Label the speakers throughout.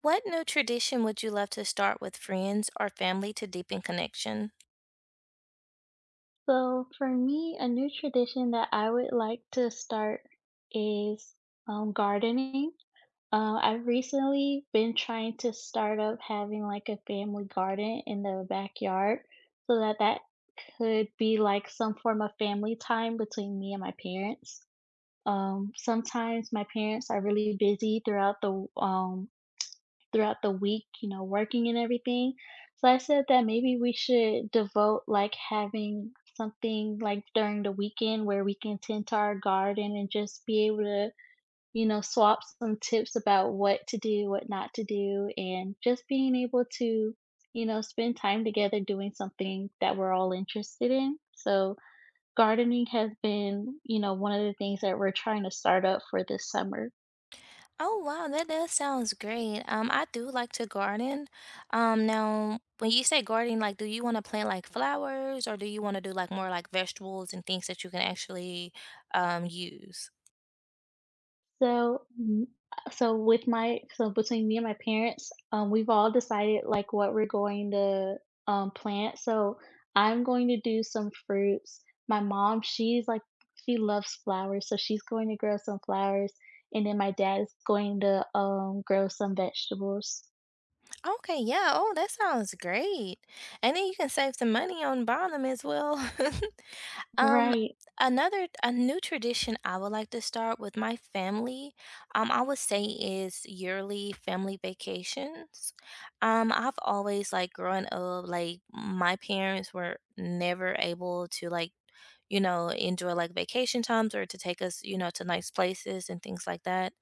Speaker 1: What new tradition would you love to start with friends or family to deepen connection?
Speaker 2: So for me, a new tradition that I would like to start is gardening. I've recently been trying to start up having like a family garden in the backyard so that could be like some form of family time between me and my parents. Sometimes my parents are really busy throughout the week, you know, working and everything. So I said that maybe we should devote like having something like during the weekend where we can tend to our garden and just be able to, you know, swap some tips about what to do, what not to do, and just being able to, you know, spend time together doing something that we're all interested in. So gardening has been, you know, one of the things that we're trying to start up for this summer.
Speaker 1: Oh wow, that does sounds great. I do like to garden. Now when you say gardening, do you want to plant like flowers or do you want to do like more like vegetables and things that you can actually use?
Speaker 2: So, mm, so between me and my parents, we've all decided like what we're going to plant. So I'm going to do some fruits. My mom, she loves flowers, so she's going to grow some flowers, and then my dad is going to grow some vegetables.
Speaker 1: Okay, yeah. Oh, that sounds great. And then you can save some money on buying them as well. Um,
Speaker 2: Right.
Speaker 1: another A new tradition I would like to start with my family, I would say is yearly family vacations. I've always like growing up, like my parents were never able to like, you know, enjoy like vacation times or to take us, you know, to nice places and things like that.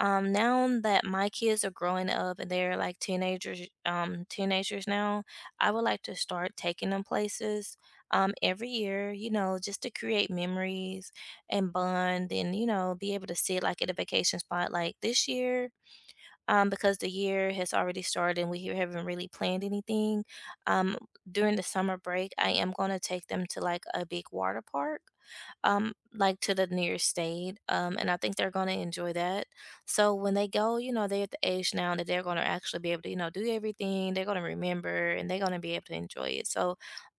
Speaker 1: Now that my kids are growing up and they're like teenagers now, I would like to start taking them places, every year, you know, just to create memories and bond and, you know, be able to sit like at a vacation spot like this year. Because the year has already started and we here haven't really planned anything. Um, during the summer break, I am going to take them to like a big water park like to the nearest state. And I think they're going to enjoy that. So when they go, you know, they're at the age now that they're going to actually be able to, you know, do everything. They're going to remember and they're going to be able to enjoy it. So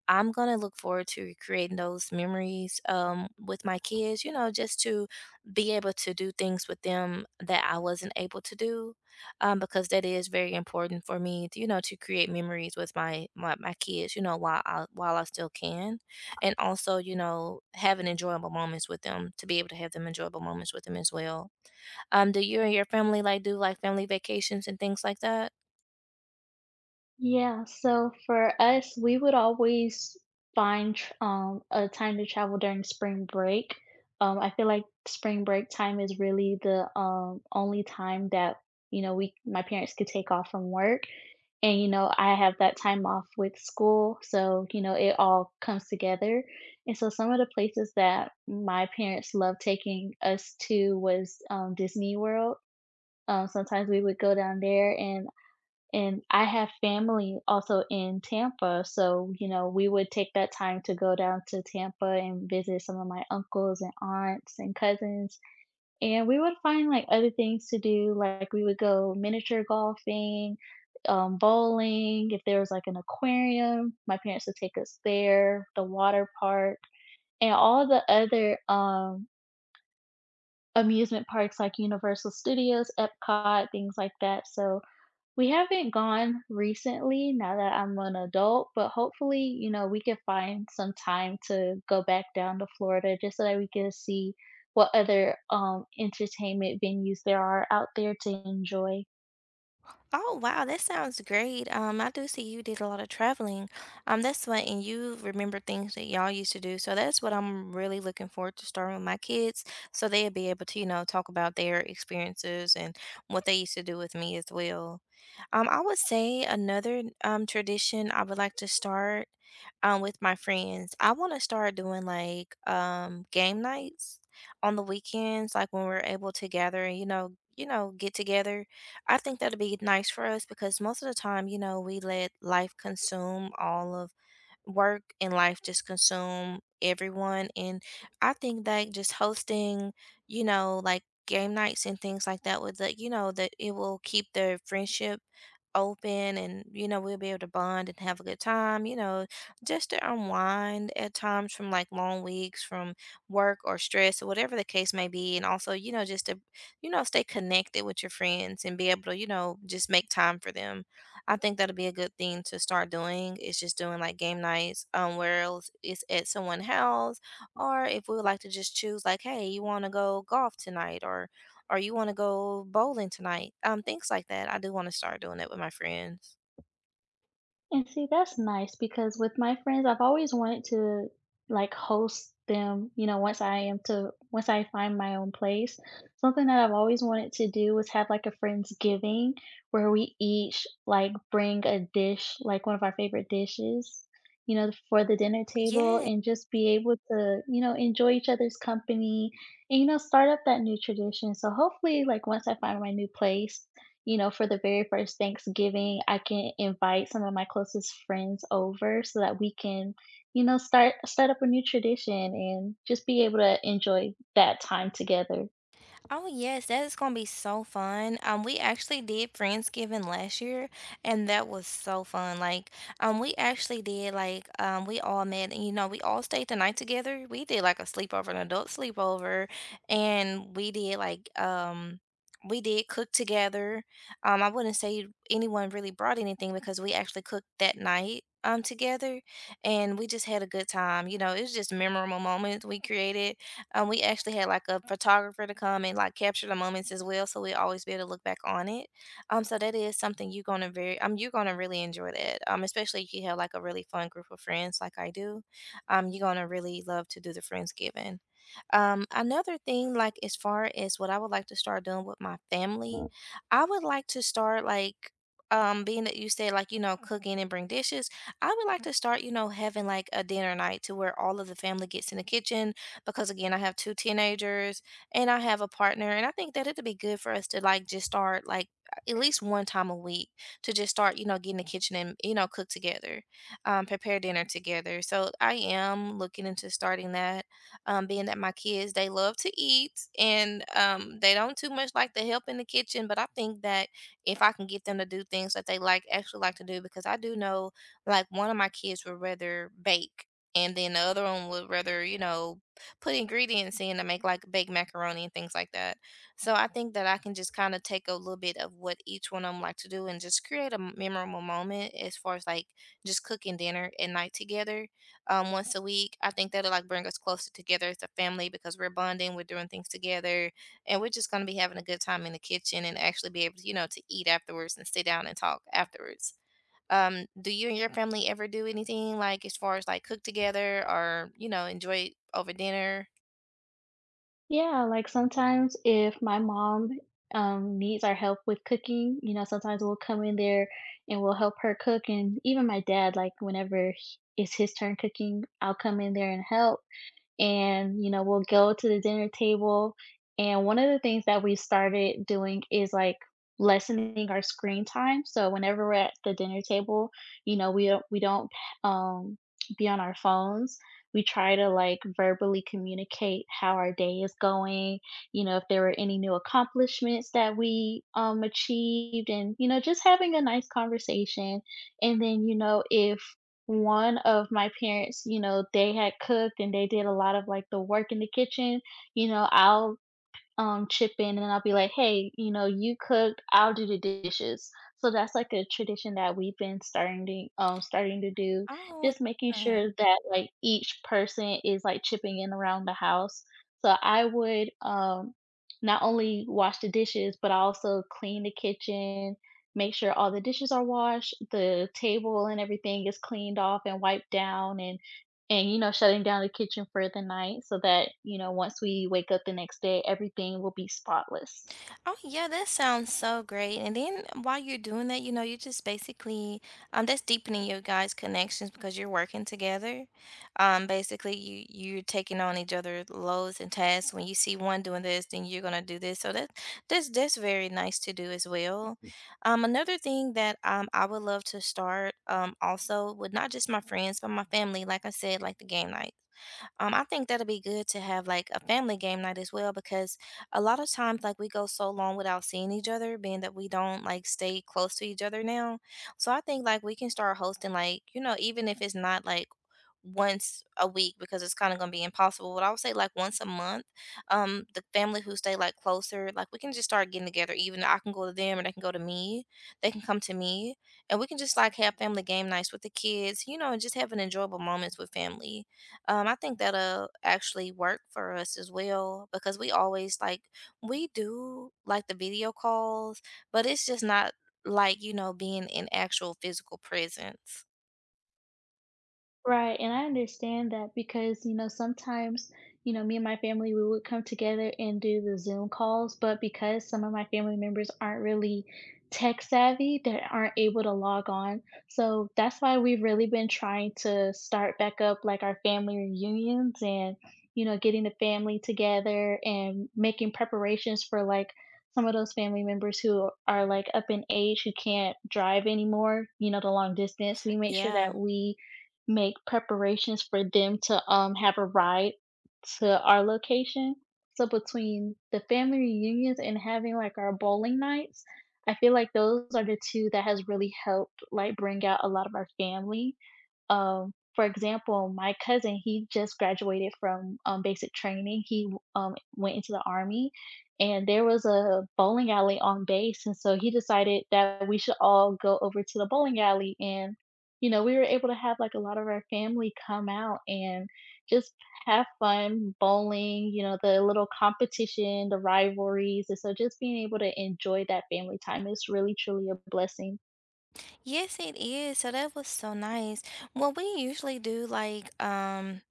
Speaker 1: I'm going to look forward to creating those memories with my kids, you know, just to be able to do things with them that I wasn't able to do because that is very important for me, to, you know, to create memories with my kids, you know, while I still can and also, you know, having enjoyable moments with them to be able to have them enjoyable moments with them as well. Do you and your family like do like family vacations and things like that?
Speaker 2: Yeah, so for us, we would always find a time to travel during spring break. I feel like spring break time is really the only time that, you know, we my parents could take off from work, and you know I have that time off with school, so you know it all comes together. And so some of the places that my parents loved taking us to was, Disney World. Sometimes we would go down there and I have family also in Tampa, so, you know, we would take that time to go down to Tampa and visit some of my uncles and aunts and cousins, and we would find, like, other things to do. Like, we would go miniature golfing, bowling, if there was, like, an aquarium, my parents would take us there, the water park, and all the other, amusement parks like Universal Studios, Epcot, things like that. So we haven't gone recently now that I'm an adult, but hopefully, you know, we can find some time to go back down to Florida just so that we can see what other entertainment venues there are out there to enjoy.
Speaker 1: Oh wow, that sounds great. I do see you did a lot of traveling. That's fun, and you remember things that y'all used to do. So that's what I'm really looking forward to starting with my kids, so they'll be able to, you know, talk about their experiences and what they used to do with me as well. I would say another tradition I would like to start with my friends. I want to start doing like game nights on the weekends, like when we're able to gather and get together. I think that'd be nice for us because most of the time, you know, we let life consume all of work and life just consume everyone. And I think that just hosting, you know, like game nights and things like that would like, you know that it will keep their friendship open and you know we'll be able to bond and have a good time you know just to unwind at times from like long weeks from work or stress or whatever the case may be, and also you know just to you know stay connected with your friends and be able to you know just make time for them. I think that'll be a good thing to start doing is just doing like game nights, where else it's at someone's house, or if we would like to just choose like, hey, you want to go golf tonight, or you want to go bowling tonight, things like that. I do want to start doing that with my friends.
Speaker 2: And see, that's nice because with my friends, I've always wanted to like host them, you know, once I find my own place. Something that I've always wanted to do was have like a friends giving where we each like bring a dish, like one of our favorite dishes, you know, for the dinner table
Speaker 1: Yeah.
Speaker 2: and just be able to, you know, enjoy each other's company, and you know, start up that new tradition. So hopefully like once I find my new place, you know, for the very first Thanksgiving, I can invite some of my closest friends over so that we can, you know, start up a new tradition and just be able to enjoy that time together.
Speaker 1: Oh yes, that is gonna be so fun. We actually did Friendsgiving last year, and that was so fun. We actually did like we all met, and you know, we all stayed the night together. We did like a sleepover, an adult sleepover, and we did like we did cook together. I wouldn't say anyone really brought anything because we actually cooked that night. Together, and we just had a good time. You know, it was just memorable moments we created. We actually had like a photographer to come and like capture the moments as well, so we always be able to look back on it. So that is something you're gonna very you're gonna really enjoy that. Especially if you have like a really fun group of friends like I do. You're gonna really love to do the Friendsgiving. Another thing, like as far as what I would like to start doing with my family, I would like to start like being that you said like you know cooking and bring dishes, I would like to start you know having like a dinner night to where all of the family gets in the kitchen, because again, I have two teenagers and I have a partner, and I think that it'd be good for us to like just start like at least one time a week to just start, you know, get in the kitchen and you know cook together, prepare dinner together. So I am looking into starting that, being that my kids they love to eat and they don't too much like to help in the kitchen, but I think that if I can get them to do things that they like actually like to do, because I do know like one of my kids would rather bake, and then the other one would rather you know put ingredients in to make like baked macaroni and things like that. So I think that I can just kind of take a little bit of what each one of them like to do and just create a memorable moment as far as like just cooking dinner at night together once a week. I think that'll like bring us closer together as a family because we're bonding, we're doing things together, and we're just going to be having a good time in the kitchen and actually be able to, you know, to eat afterwards and sit down and talk afterwards. Do you and your family ever do anything like as far as like cook together or, you know, enjoy over dinner?
Speaker 2: Yeah, like sometimes if my mom needs our help with cooking, you know, sometimes we'll come in there and we'll help her cook. And even my dad, like whenever it's his turn cooking, I'll come in there and help, and you know we'll go to the dinner table. And one of the things that we started doing is like lessening our screen time, so whenever we're at the dinner table, you know, we don't um be on our phones. We try to like verbally communicate how our day is going, you know, if there were any new accomplishments that we achieved, and you know, just having a nice conversation. And then, you know, if one of my parents, you know, they had cooked and they did a lot of, like, the work in the kitchen, you know, I'll, chip in, and I'll be like, "Hey, you know, you cook, I'll do the dishes." So that's like a tradition that we've been starting to do,
Speaker 1: Oh,
Speaker 2: just making
Speaker 1: yeah.
Speaker 2: sure that like each person is like chipping in around the house. So I would, not only wash the dishes, but I also clean the kitchen, make sure all the dishes are washed, the table and everything is cleaned off and wiped down, and, you know, shutting down the kitchen for the night so that, you know, once we wake up the next day, everything will be spotless.
Speaker 1: Oh, yeah, that sounds so great. And then while you're doing that, you know, you're just basically that's deepening your guys' connections because you're working together. Basically you're taking on each other's loads and tasks. When you see one doing this, then you're gonna do this. So that's very nice to do as well. Another thing that I would love to start also with not just my friends but my family, like I said, like the game night. I think that'll be good to have like a family game night as well, because a lot of times like we go so long without seeing each other, being that we don't like stay close to each other now. So I think like we can start hosting like, you know, even if it's not like once a week because it's kind of going to be impossible, but I would say like once a month. The family who stay like closer, like we can just start getting together. Even I can go to them, or they can go to me. They can come to me, and we can just like have family game nights with the kids, you know, and just having enjoyable moments with family. I think that'll actually work for us as well because we always like we do like the video calls, but it's just not like you know being in actual physical presence.
Speaker 2: Right, and I understand that because, you know, sometimes, you know, me and my family, we would come together and do the Zoom calls, but because some of my family members aren't really tech savvy, they aren't able to log on. So that's why we've really been trying to start back up like our family reunions and, you know, getting the family together and making preparations for like some of those family members who are like up in age who can't drive anymore, you know, the long distance. We make sure that
Speaker 1: Yeah.
Speaker 2: we make preparations for them to have a ride to our location. So between the family reunions and having like our bowling nights, I feel like those are the two that has really helped like bring out a lot of our family. For example, my cousin, he just graduated from, basic training. He, went into the army, and there was a bowling alley on base, and so he decided that we should all go over to the bowling alley. And you know, we were able to have like a lot of our family come out and just have fun bowling. You know, the little competition, the rivalries, and so just being able to enjoy that family time is really truly a blessing.
Speaker 1: Yes, it is. So that was so nice. What we usually do,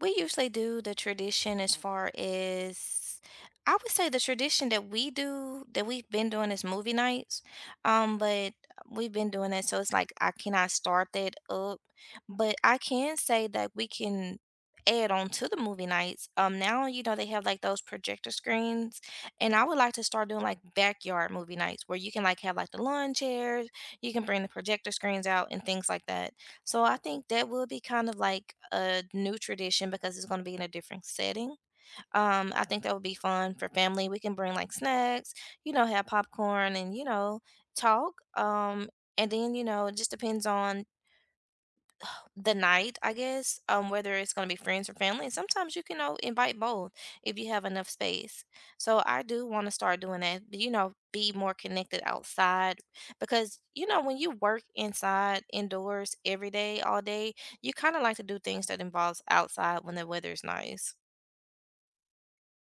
Speaker 1: we usually do the tradition as far as I would say the tradition that we do that we've been doing is movie nights. But we've been doing that, so it's like I cannot start that up. But I can say that we can add on to the movie nights. Now you know they have like those projector screens, and I would like to start doing like backyard movie nights where you can like have like the lawn chairs, you can bring the projector screens out and things like that. So I think that will be kind of like a new tradition because it's going to be in a different setting. I think that would be fun for family. We can bring like snacks, you know, have popcorn and, you know, talk. And then, you know, it just depends on the night, I guess, whether it's going to be friends or family. And sometimes you can you know, invite both if you have enough space. So I do want to start doing that, you know, be more connected outside because, you know, when you work inside, indoors, every day, all day, you kind of like to do things that involves outside when the weather is nice.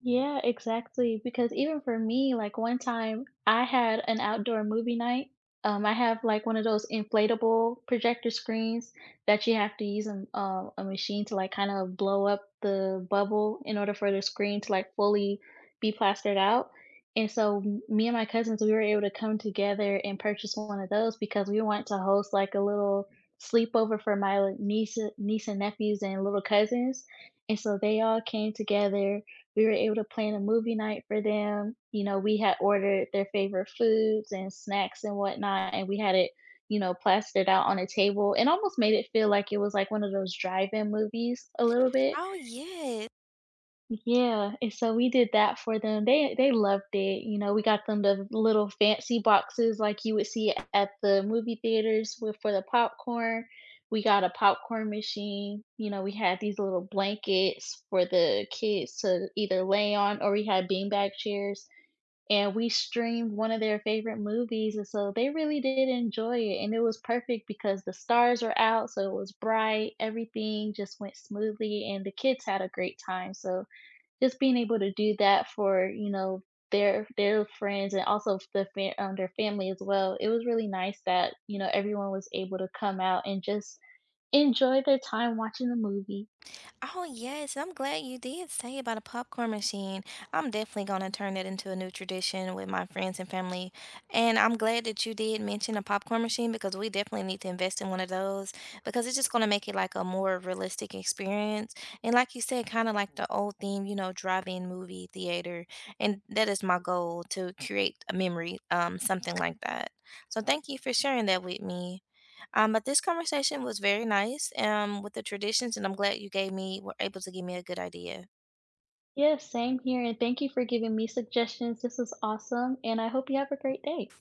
Speaker 2: Yeah, exactly, because even for me, like, one time I had an outdoor movie night. I have, like, one of those inflatable projector screens that you have to use a machine to, like, kind of blow up the bubble in order for the screen to, like, fully be plastered out, and so m me and my cousins, we were able to come together and purchase one of those because we wanted to host, like, a little sleepover for my, like, niece and nephews and little cousins, and so they all came together. We were able to plan a movie night for them. You know, we had ordered their favorite foods and snacks and whatnot, and we had it, you know, plastered out on a table and almost made it feel like it was like one of those drive-in movies a little bit.
Speaker 1: Oh, yes.
Speaker 2: Yeah, and so we did that for them. They loved it, you know, we got them the little fancy boxes like you would see at the movie theaters with for the popcorn. We got a popcorn machine, you know, we had these little blankets for the kids to either lay on, or we had beanbag chairs, and we streamed one of their favorite movies, and so they really did enjoy it. And it was perfect because the stars were out, so it was bright, everything just went smoothly and the kids had a great time. So just being able to do that for, you know, their friends and also the their family as well, it was really nice that, you know, everyone was able to come out and just enjoy their time watching the movie.
Speaker 1: Oh, yes. I'm glad you did say about a popcorn machine. I'm definitely going to turn that into a new tradition with my friends and family. And I'm glad that you did mention a popcorn machine because we definitely need to invest in one of those because it's just going to make it like a more realistic experience. And like you said, kind of like the old theme, you know, drive-in movie theater. And that is my goal to create a memory, something like that. So thank you for sharing that with me. But this conversation was very nice with the traditions, and I'm glad you gave me were able to give me a good idea.
Speaker 2: Yeah, same here. And thank you for giving me suggestions. This was awesome. And I hope you have a great day.